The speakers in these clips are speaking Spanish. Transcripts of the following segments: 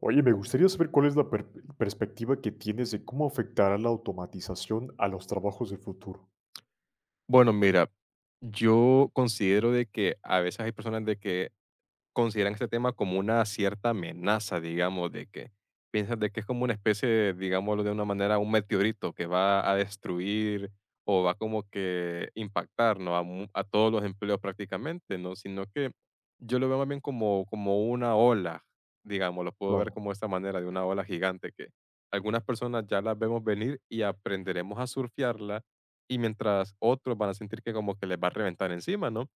Oye, me gustaría saber cuál es la perspectiva que tienes de cómo afectará la automatización a los trabajos del futuro. Bueno, mira, yo considero de que a veces hay personas de que consideran este tema como una cierta amenaza, digamos, de que piensan de que es como una especie, de, digámoslo de una manera, un meteorito que va a destruir o va como que impactar, ¿no? A, a todos los empleos prácticamente, ¿no? Sino que yo lo veo más bien como una ola, digamos, lo puedo ver Claro, como de esta manera, de una ola gigante que algunas personas ya las vemos venir y aprenderemos a surfearla y mientras otros van a sentir que como que les va a reventar encima, ¿no?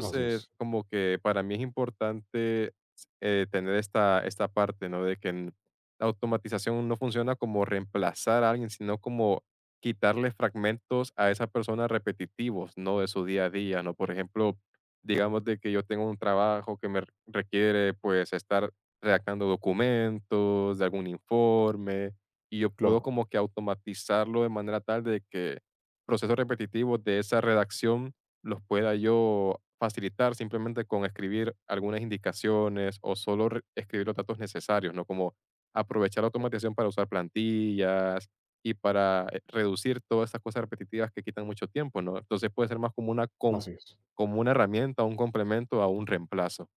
así es. como que para mí es importante tener esta parte, ¿no? De que la automatización no funciona como reemplazar a alguien, sino como quitarle fragmentos a esa persona repetitivos, ¿no? De su día a día, ¿no? Por ejemplo, digamos de que yo tengo un trabajo que me requiere, pues, estar redactando documentos, de algún informe, y yo puedo Claro, como que automatizarlo de manera tal de que procesos repetitivos de esa redacción los pueda yo facilitar simplemente con escribir algunas indicaciones o solo escribir los datos necesarios, ¿no? Como aprovechar la automatización para usar plantillas y para reducir todas esas cosas repetitivas que quitan mucho tiempo, ¿no? Entonces puede ser más como una, así es. como una herramienta, un complemento a un reemplazo.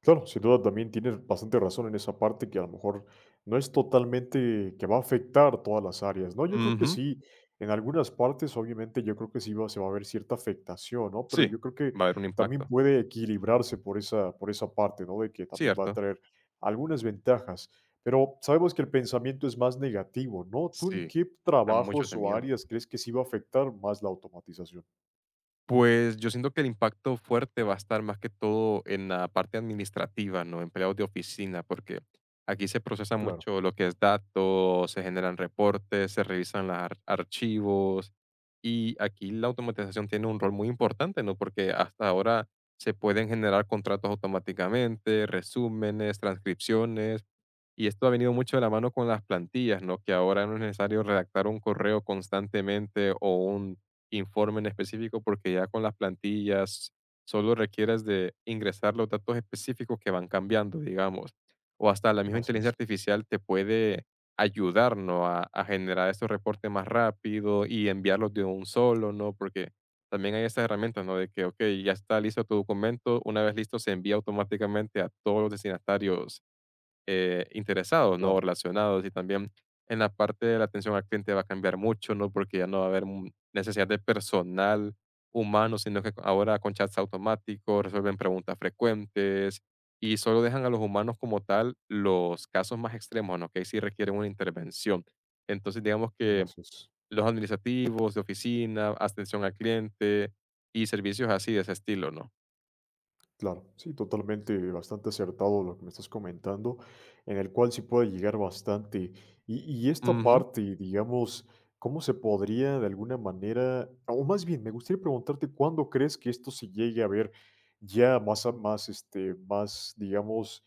Claro, sin duda también tienes bastante razón en esa parte que a lo mejor no es totalmente que va a afectar todas las áreas, ¿no? Yo creo que Ujú. sí, en algunas partes obviamente yo creo que sí va, se va a ver cierta afectación, ¿no? Pero Sí, yo creo que va a haber un también impacto, puede equilibrarse por esa parte, ¿no? De que también va a ¿cierto? traer algunas ventajas, pero sabemos que el pensamiento es más negativo, ¿no? ¿Tú en Sí, qué a muchos trabajos de o miedo. áreas crees que sí va a afectar más la automatización? Pues, yo siento que el impacto fuerte va a estar más que todo en la parte administrativa, ¿no? Empleados de oficina, porque aquí se procesa Claro, mucho lo que es datos, se generan reportes, se revisan los archivos y aquí la automatización tiene un rol muy importante, ¿no? Porque hasta ahora se pueden generar contratos automáticamente, resúmenes, transcripciones y esto ha venido mucho de la mano con las plantillas, ¿no? Que ahora no es necesario redactar un correo constantemente o un informe en específico, porque ya con las plantillas solo requieres de ingresar los datos específicos que van cambiando, digamos, o hasta la misma no, así inteligencia es, artificial te puede ayudar, ¿no? A generar estos reportes más rápido y enviarlos de un solo, ¿no? Porque también hay estas herramientas, ¿no? De que, ok, ya está listo tu documento, una vez listo se envía automáticamente a todos los destinatarios interesados, ¿no? O claro, relacionados y también en la parte de la atención al cliente va a cambiar mucho, ¿no? Porque ya no va a haber necesidad de personal humano, sino que ahora con chats automáticos resuelven preguntas frecuentes y solo dejan a los humanos como tal los casos más extremos, ¿no? Que ahí sí requieren una intervención. Entonces, digamos no, que así es. los administrativos de oficina, atención al cliente y servicios así de ese estilo, ¿no? Claro, sí, totalmente, bastante acertado lo que me estás comentando, en el cual sí puede llegar bastante. Y, y esta parte, digamos, ¿cómo se podría de alguna manera, o más bien, me gustaría preguntarte cuándo crees que esto se llegue a ver ya más, más, más, digamos,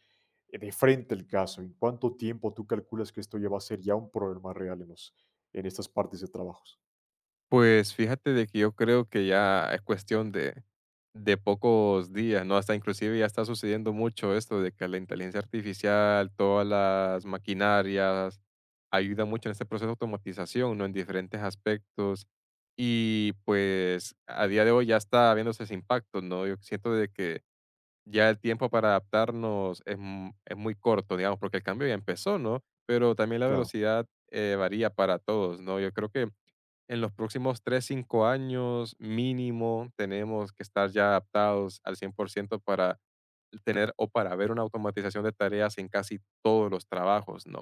de frente el caso? ¿En cuánto tiempo tú calculas que esto ya va a ser ya un problema real en los, en estas partes de trabajos? Pues fíjate de que yo creo que ya es cuestión de pocos días, ¿no? Hasta inclusive ya está sucediendo mucho esto de que la inteligencia artificial, todas las maquinarias, ayuda mucho en este proceso de automatización, ¿no? En diferentes aspectos. Y pues a día de hoy ya está viéndose ese impacto, ¿no? Yo siento de que ya el tiempo para adaptarnos es, es muy corto, digamos, porque el cambio ya empezó, ¿no? Pero también la Claro, velocidad varía para todos, ¿no? Yo creo que en los próximos 3-5 años mínimo tenemos que estar ya adaptados al 100% para tener o para ver una automatización de tareas en casi todos los trabajos, ¿no?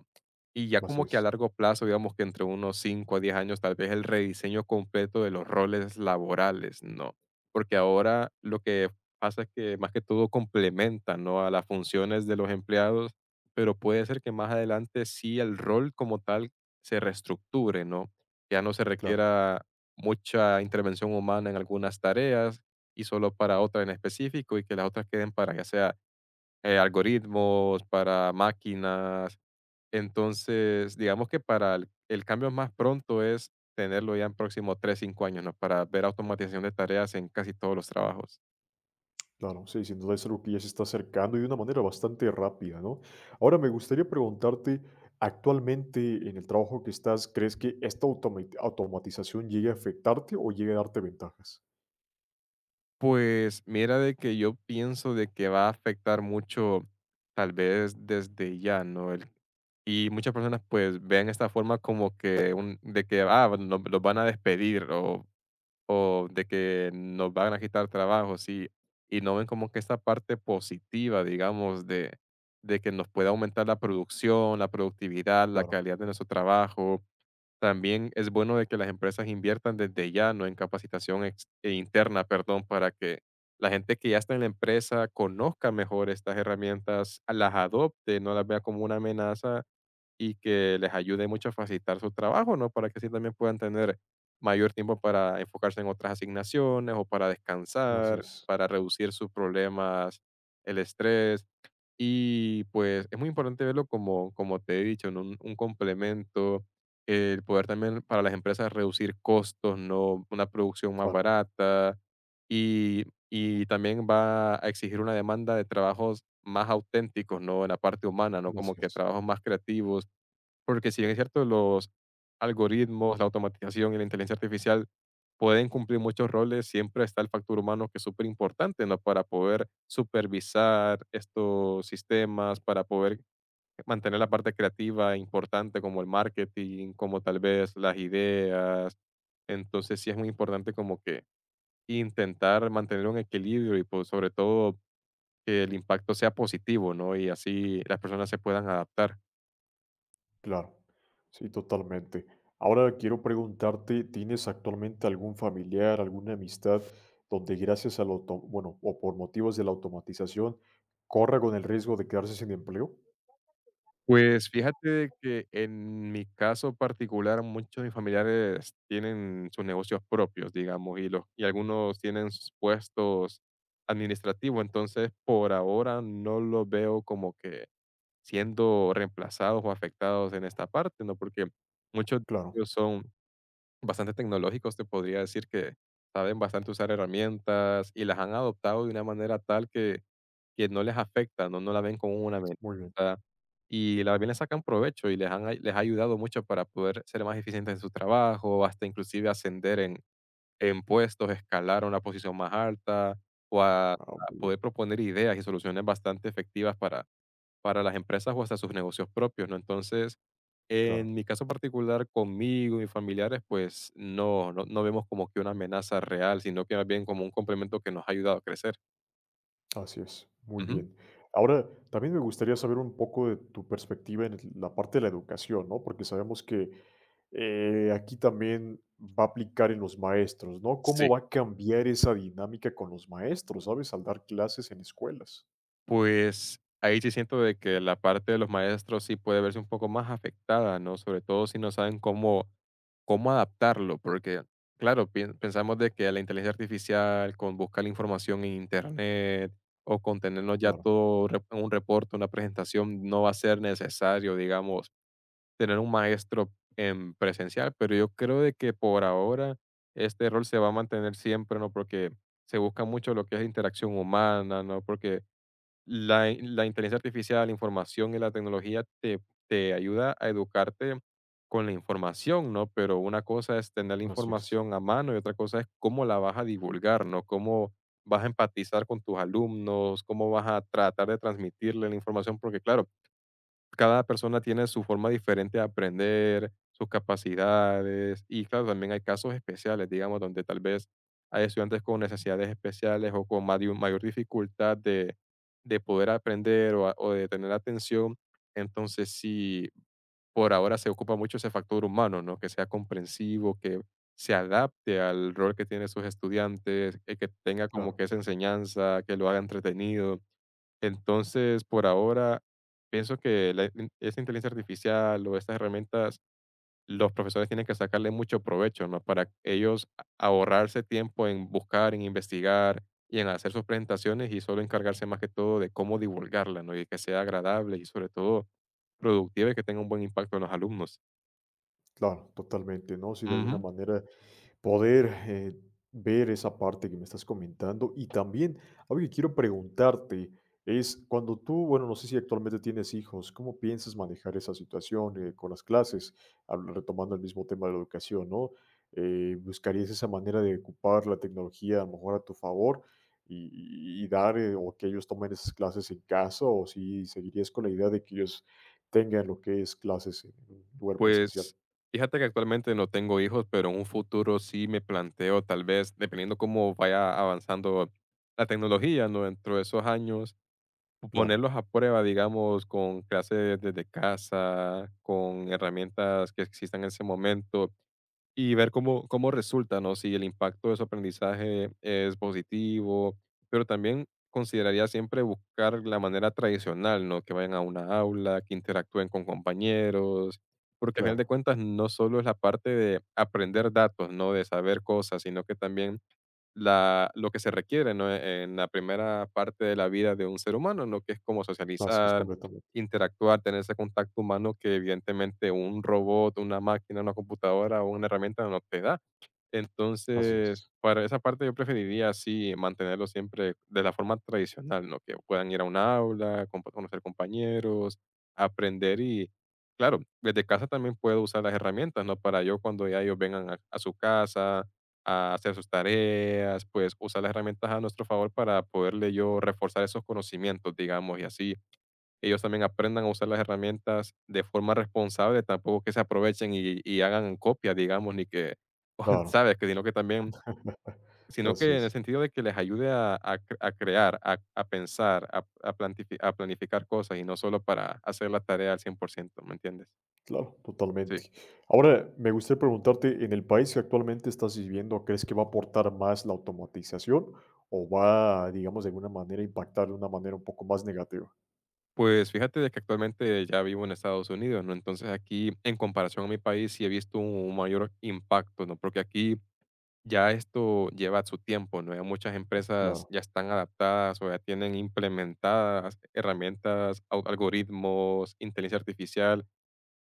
Y ya así como que a es, largo plazo, digamos que entre unos 5 a 10 años, tal vez el rediseño completo de los roles laborales, ¿no? Porque ahora lo que pasa es que más que todo complementa, ¿no? A las funciones de los empleados, pero puede ser que más adelante sí el rol como tal se reestructure, ¿no? Ya no se claro. requiera mucha intervención humana en algunas tareas y solo para otra en específico y que las otras queden para ya sea algoritmos, para máquinas. Entonces, digamos que para el cambio más pronto es tenerlo ya en próximo 3-5 años, ¿no? Para ver automatización de tareas en casi todos los trabajos. Claro, sí, sin duda es algo que ya se está acercando y de una manera bastante rápida, ¿no? Ahora me gustaría preguntarte, actualmente en el trabajo que estás, ¿crees que esta automatización llegue a afectarte o llegue a darte ventajas? Pues mira de que yo pienso de que va a afectar mucho, tal vez desde ya, ¿no? El, y muchas personas pues ven esta forma como que un, de que ah, nos, los van a despedir o de que nos van a quitar trabajos y no ven como que esta parte positiva, digamos, de que nos pueda aumentar la producción, la productividad, la Claro, calidad de nuestro trabajo. También es bueno de que las empresas inviertan desde ya, no en capacitación e interna, perdón, para que la gente que ya está en la empresa conozca mejor estas herramientas, las adopte, no las vea como una amenaza y que les ayude mucho a facilitar su trabajo, ¿no? Para que así también puedan tener mayor tiempo para enfocarse en otras asignaciones o para así descansar, es, para reducir sus problemas, el estrés. Y pues es muy importante verlo como, te he dicho, ¿no? Un complemento, el poder también para las empresas reducir costos, ¿no? Una producción más claro, barata y también va a exigir una demanda de trabajos más auténticos, ¿no? En la parte humana, ¿no? así Como que es, trabajos más creativos porque si bien es cierto, los algoritmos, la automatización y la inteligencia artificial pueden cumplir muchos roles, siempre está el factor humano que es súper importante, ¿no? Para poder supervisar estos sistemas, para poder mantener la parte creativa importante como el marketing, como tal vez las ideas. Entonces sí es muy importante como que intentar mantener un equilibrio y pues sobre todo que el impacto sea positivo, ¿no? Y así las personas se puedan adaptar. claro, sí, totalmente. Ahora quiero preguntarte, ¿tienes actualmente algún familiar, alguna amistad donde gracias al auto, bueno, o por motivos de la automatización, corra con el riesgo de quedarse sin empleo? Pues fíjate de que en mi caso particular, muchos de mis familiares tienen sus negocios propios, digamos, y algunos tienen sus puestos administrativos, entonces por ahora no los veo como que siendo reemplazados o afectados en esta parte, ¿no? Porque muchos de Claro, ellos son bastante tecnológicos, te podría decir que saben bastante usar herramientas y las han adoptado de una manera tal que no les afecta, no, no la ven como una muy bien. amenaza y la bien le sacan provecho y les han, les ha ayudado mucho para poder ser más eficientes en su trabajo, hasta inclusive ascender en puestos, escalar a una posición más alta o a, Ah, a muy bien. poder proponer ideas y soluciones bastante efectivas para las empresas o hasta sus negocios propios, ¿no? Entonces, Claro, en mi caso particular, conmigo y familiares, pues no, no, no vemos como que una amenaza real, sino que más bien como un complemento que nos ha ayudado a crecer. así es, muy Ujú. bien. Ahora, también me gustaría saber un poco de tu perspectiva en la parte de la educación, ¿no? Porque sabemos que aquí también va a aplicar en los maestros, ¿no? Sí, ¿Cómo va a cambiar esa dinámica con los maestros, ¿sabes? Al dar clases en escuelas. pues, ahí sí siento de que la parte de los maestros sí puede verse un poco más afectada, ¿no? Sobre todo si no saben cómo, adaptarlo, porque, claro, pien pensamos de que la inteligencia artificial con buscar la información en Internet o con tenernos ya Claro, todo re un reporte, una presentación, no va a ser necesario, digamos, tener un maestro en presencial, pero yo creo de que por ahora este rol se va a mantener siempre, ¿no? Porque se busca mucho lo que es interacción humana, ¿no? Porque la inteligencia artificial, la información y la tecnología te ayuda a educarte con la información, ¿no? Pero una cosa es tener la así es, información a mano y otra cosa es cómo la vas a divulgar, ¿no? Cómo vas a empatizar con tus alumnos, cómo vas a tratar de transmitirle la información, porque claro, cada persona tiene su forma diferente de aprender, sus capacidades y claro, también hay casos especiales, digamos, donde tal vez hay estudiantes con necesidades especiales o con mayor, mayor dificultad de poder aprender o de tener atención. Entonces, sí, por ahora se ocupa mucho ese factor humano, ¿no? Que sea comprensivo, que se adapte al rol que tienen sus estudiantes, que tenga como claro. que esa enseñanza, que lo haga entretenido entonces, por ahora, pienso que la in esa inteligencia artificial o estas herramientas, los profesores tienen que sacarle mucho provecho, ¿no? Para ellos a ahorrarse tiempo en buscar, en investigar y en hacer sus presentaciones y solo encargarse más que todo de cómo divulgarla, ¿no? Y que sea agradable y sobre todo productiva y que tenga un buen impacto en los alumnos. Claro, totalmente, ¿no? Si de alguna Ujú. manera poder ver esa parte que me estás comentando. Y también algo que quiero preguntarte es cuando tú, bueno, no sé si actualmente tienes hijos, ¿cómo piensas manejar esa situación con las clases? Retomando el mismo tema de la educación, ¿no? ¿Buscarías esa manera de ocupar la tecnología a lo mejor a tu favor y dar o que ellos tomen esas clases en casa o si seguirías con la idea de que ellos tengan lo que es clases en un lugar presencial? Pues, fíjate que actualmente no tengo hijos, pero en un futuro sí me planteo, tal vez, dependiendo cómo vaya avanzando la tecnología, ¿no? Dentro de esos años, Claro, ponerlos a prueba, digamos, con clases desde casa, con herramientas que existan en ese momento, y ver cómo, resulta, ¿no? Si el impacto de su aprendizaje es positivo, pero también consideraría siempre buscar la manera tradicional, ¿no? Que vayan a una aula, que interactúen con compañeros, porque al final de claro, cuentas no solo es la parte de aprender datos, ¿no? De saber cosas, sino que también la lo que se requiere, ¿no? En la primera parte de la vida de un ser humano, lo que es como así es socializar, completamente, interactuar, tener ese contacto humano que evidentemente un robot, una máquina, una computadora o una herramienta no te da. así Entonces, es, para esa parte yo preferiría así mantenerlo siempre de la forma tradicional, ¿no? Que puedan ir a un aula, conocer compañeros, aprender y, claro, desde casa también puedo usar las herramientas, ¿no? Para yo cuando ya ellos vengan a su casa a hacer sus tareas, pues usar las herramientas a nuestro favor para poderle yo reforzar esos conocimientos, digamos, y así ellos también aprendan a usar las herramientas de forma responsable, tampoco que se aprovechen y hagan copia, digamos, ni que, claro, ¿sabes? Que sino que también sino así que en el es, sentido de que les ayude a cre a crear, a pensar, a plantifi a planificar cosas y no solo para hacer la tarea al 100%. ¿Me entiendes? claro, Sí. totalmente. Ahora, me gustaría preguntarte, ¿en el país que actualmente estás viviendo, crees que va a aportar más la automatización o va, digamos, de alguna manera impactar de una manera un poco más negativa? Pues fíjate de que actualmente ya vivo en Estados Unidos, ¿no? Entonces aquí, en comparación a mi país, sí he visto un mayor impacto, ¿no? Porque aquí ya esto lleva su tiempo, ¿no? Ya muchas empresas Claro, ya están adaptadas o ya tienen implementadas herramientas, algoritmos, inteligencia artificial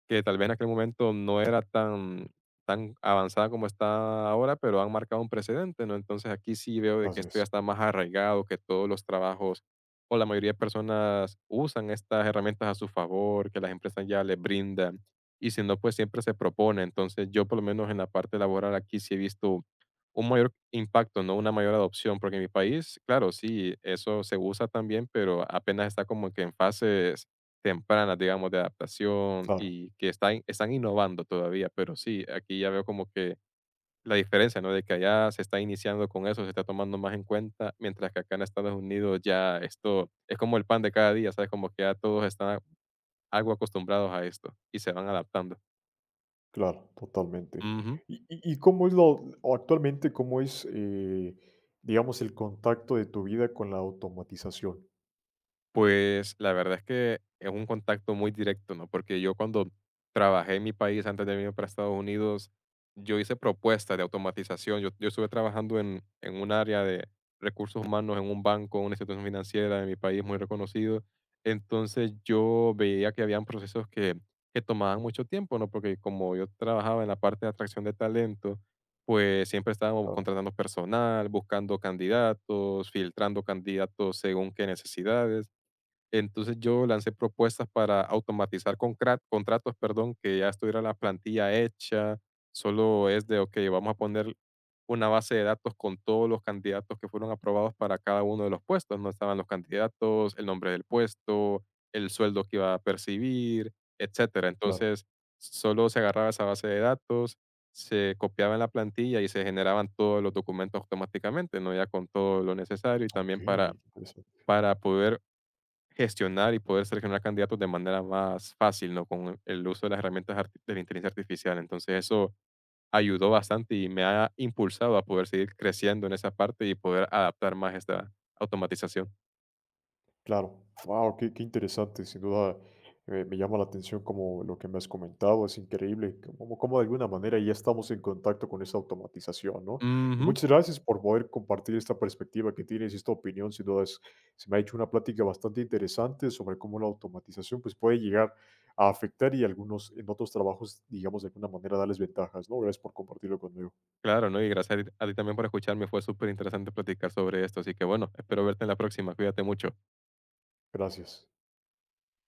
que tal vez en aquel momento no era tan, tan avanzada como está ahora, pero han marcado un precedente, ¿no? Entonces aquí sí veo de que así esto ya es, está más arraigado, que todos los trabajos o la mayoría de personas usan estas herramientas a su favor, que las empresas ya les brindan, y si no, pues siempre se propone. Entonces yo por lo menos en la parte laboral aquí sí he visto un mayor impacto, no una mayor adopción, porque en mi país, claro, sí, eso se usa también, pero apenas está como que en fases tempranas, digamos, de adaptación claro, y que están innovando todavía, pero sí, aquí ya veo como que la diferencia, ¿no? De que allá se está iniciando con eso, se está tomando más en cuenta, mientras que acá en Estados Unidos ya esto es como el pan de cada día, ¿sabes? Como que ya todos están algo acostumbrados a esto y se van adaptando. claro, totalmente. Ujú. ¿Y cómo es lo, o actualmente, cómo es, digamos, el contacto de tu vida con la automatización? Pues, la verdad es que es un contacto muy directo, ¿no? Porque yo cuando trabajé en mi país antes de venir para Estados Unidos, yo hice propuestas de automatización. Yo estuve trabajando en un área de recursos humanos, en un banco, una institución financiera de mi país muy reconocido. Entonces yo veía que habían procesos que tomaban mucho tiempo, ¿no? Porque como yo trabajaba en la parte de atracción de talento, pues siempre estábamos Claro, contratando personal, buscando candidatos, filtrando candidatos según qué necesidades. Entonces yo lancé propuestas para automatizar contratos, perdón, que ya estuviera la plantilla hecha, solo es de, ok, vamos a poner una base de datos con todos los candidatos que fueron aprobados para cada uno de los puestos, no estaban los candidatos, el nombre del puesto, el sueldo que iba a percibir, etcétera. claro, Entonces solo se agarraba esa base de datos, se copiaba en la plantilla y se generaban todos los documentos automáticamente, ¿no? Ya con todo lo necesario y ok, también para interesante. Poder gestionar y poder seleccionar candidatos de manera más fácil, ¿no? Con el uso de las herramientas de la inteligencia artificial. Entonces eso ayudó bastante y me ha impulsado a poder seguir creciendo en esa parte y poder adaptar más esta automatización. Claro, wow, qué, qué interesante, sin duda me llama la atención como lo que me has comentado, es increíble, como, como de alguna manera ya estamos en contacto con esa automatización, ¿no? Y Ujú. muchas gracias por poder compartir esta perspectiva que tienes, esta opinión, sin duda se me ha hecho una plática bastante interesante sobre cómo la automatización pues, puede llegar a afectar y algunos en otros trabajos, digamos, de alguna manera darles ventajas, ¿no? Gracias por compartirlo conmigo. Claro, ¿no? Y gracias a ti también por escucharme. Fue súper interesante platicar sobre esto. Así que bueno, espero verte en la próxima. Cuídate mucho. Gracias.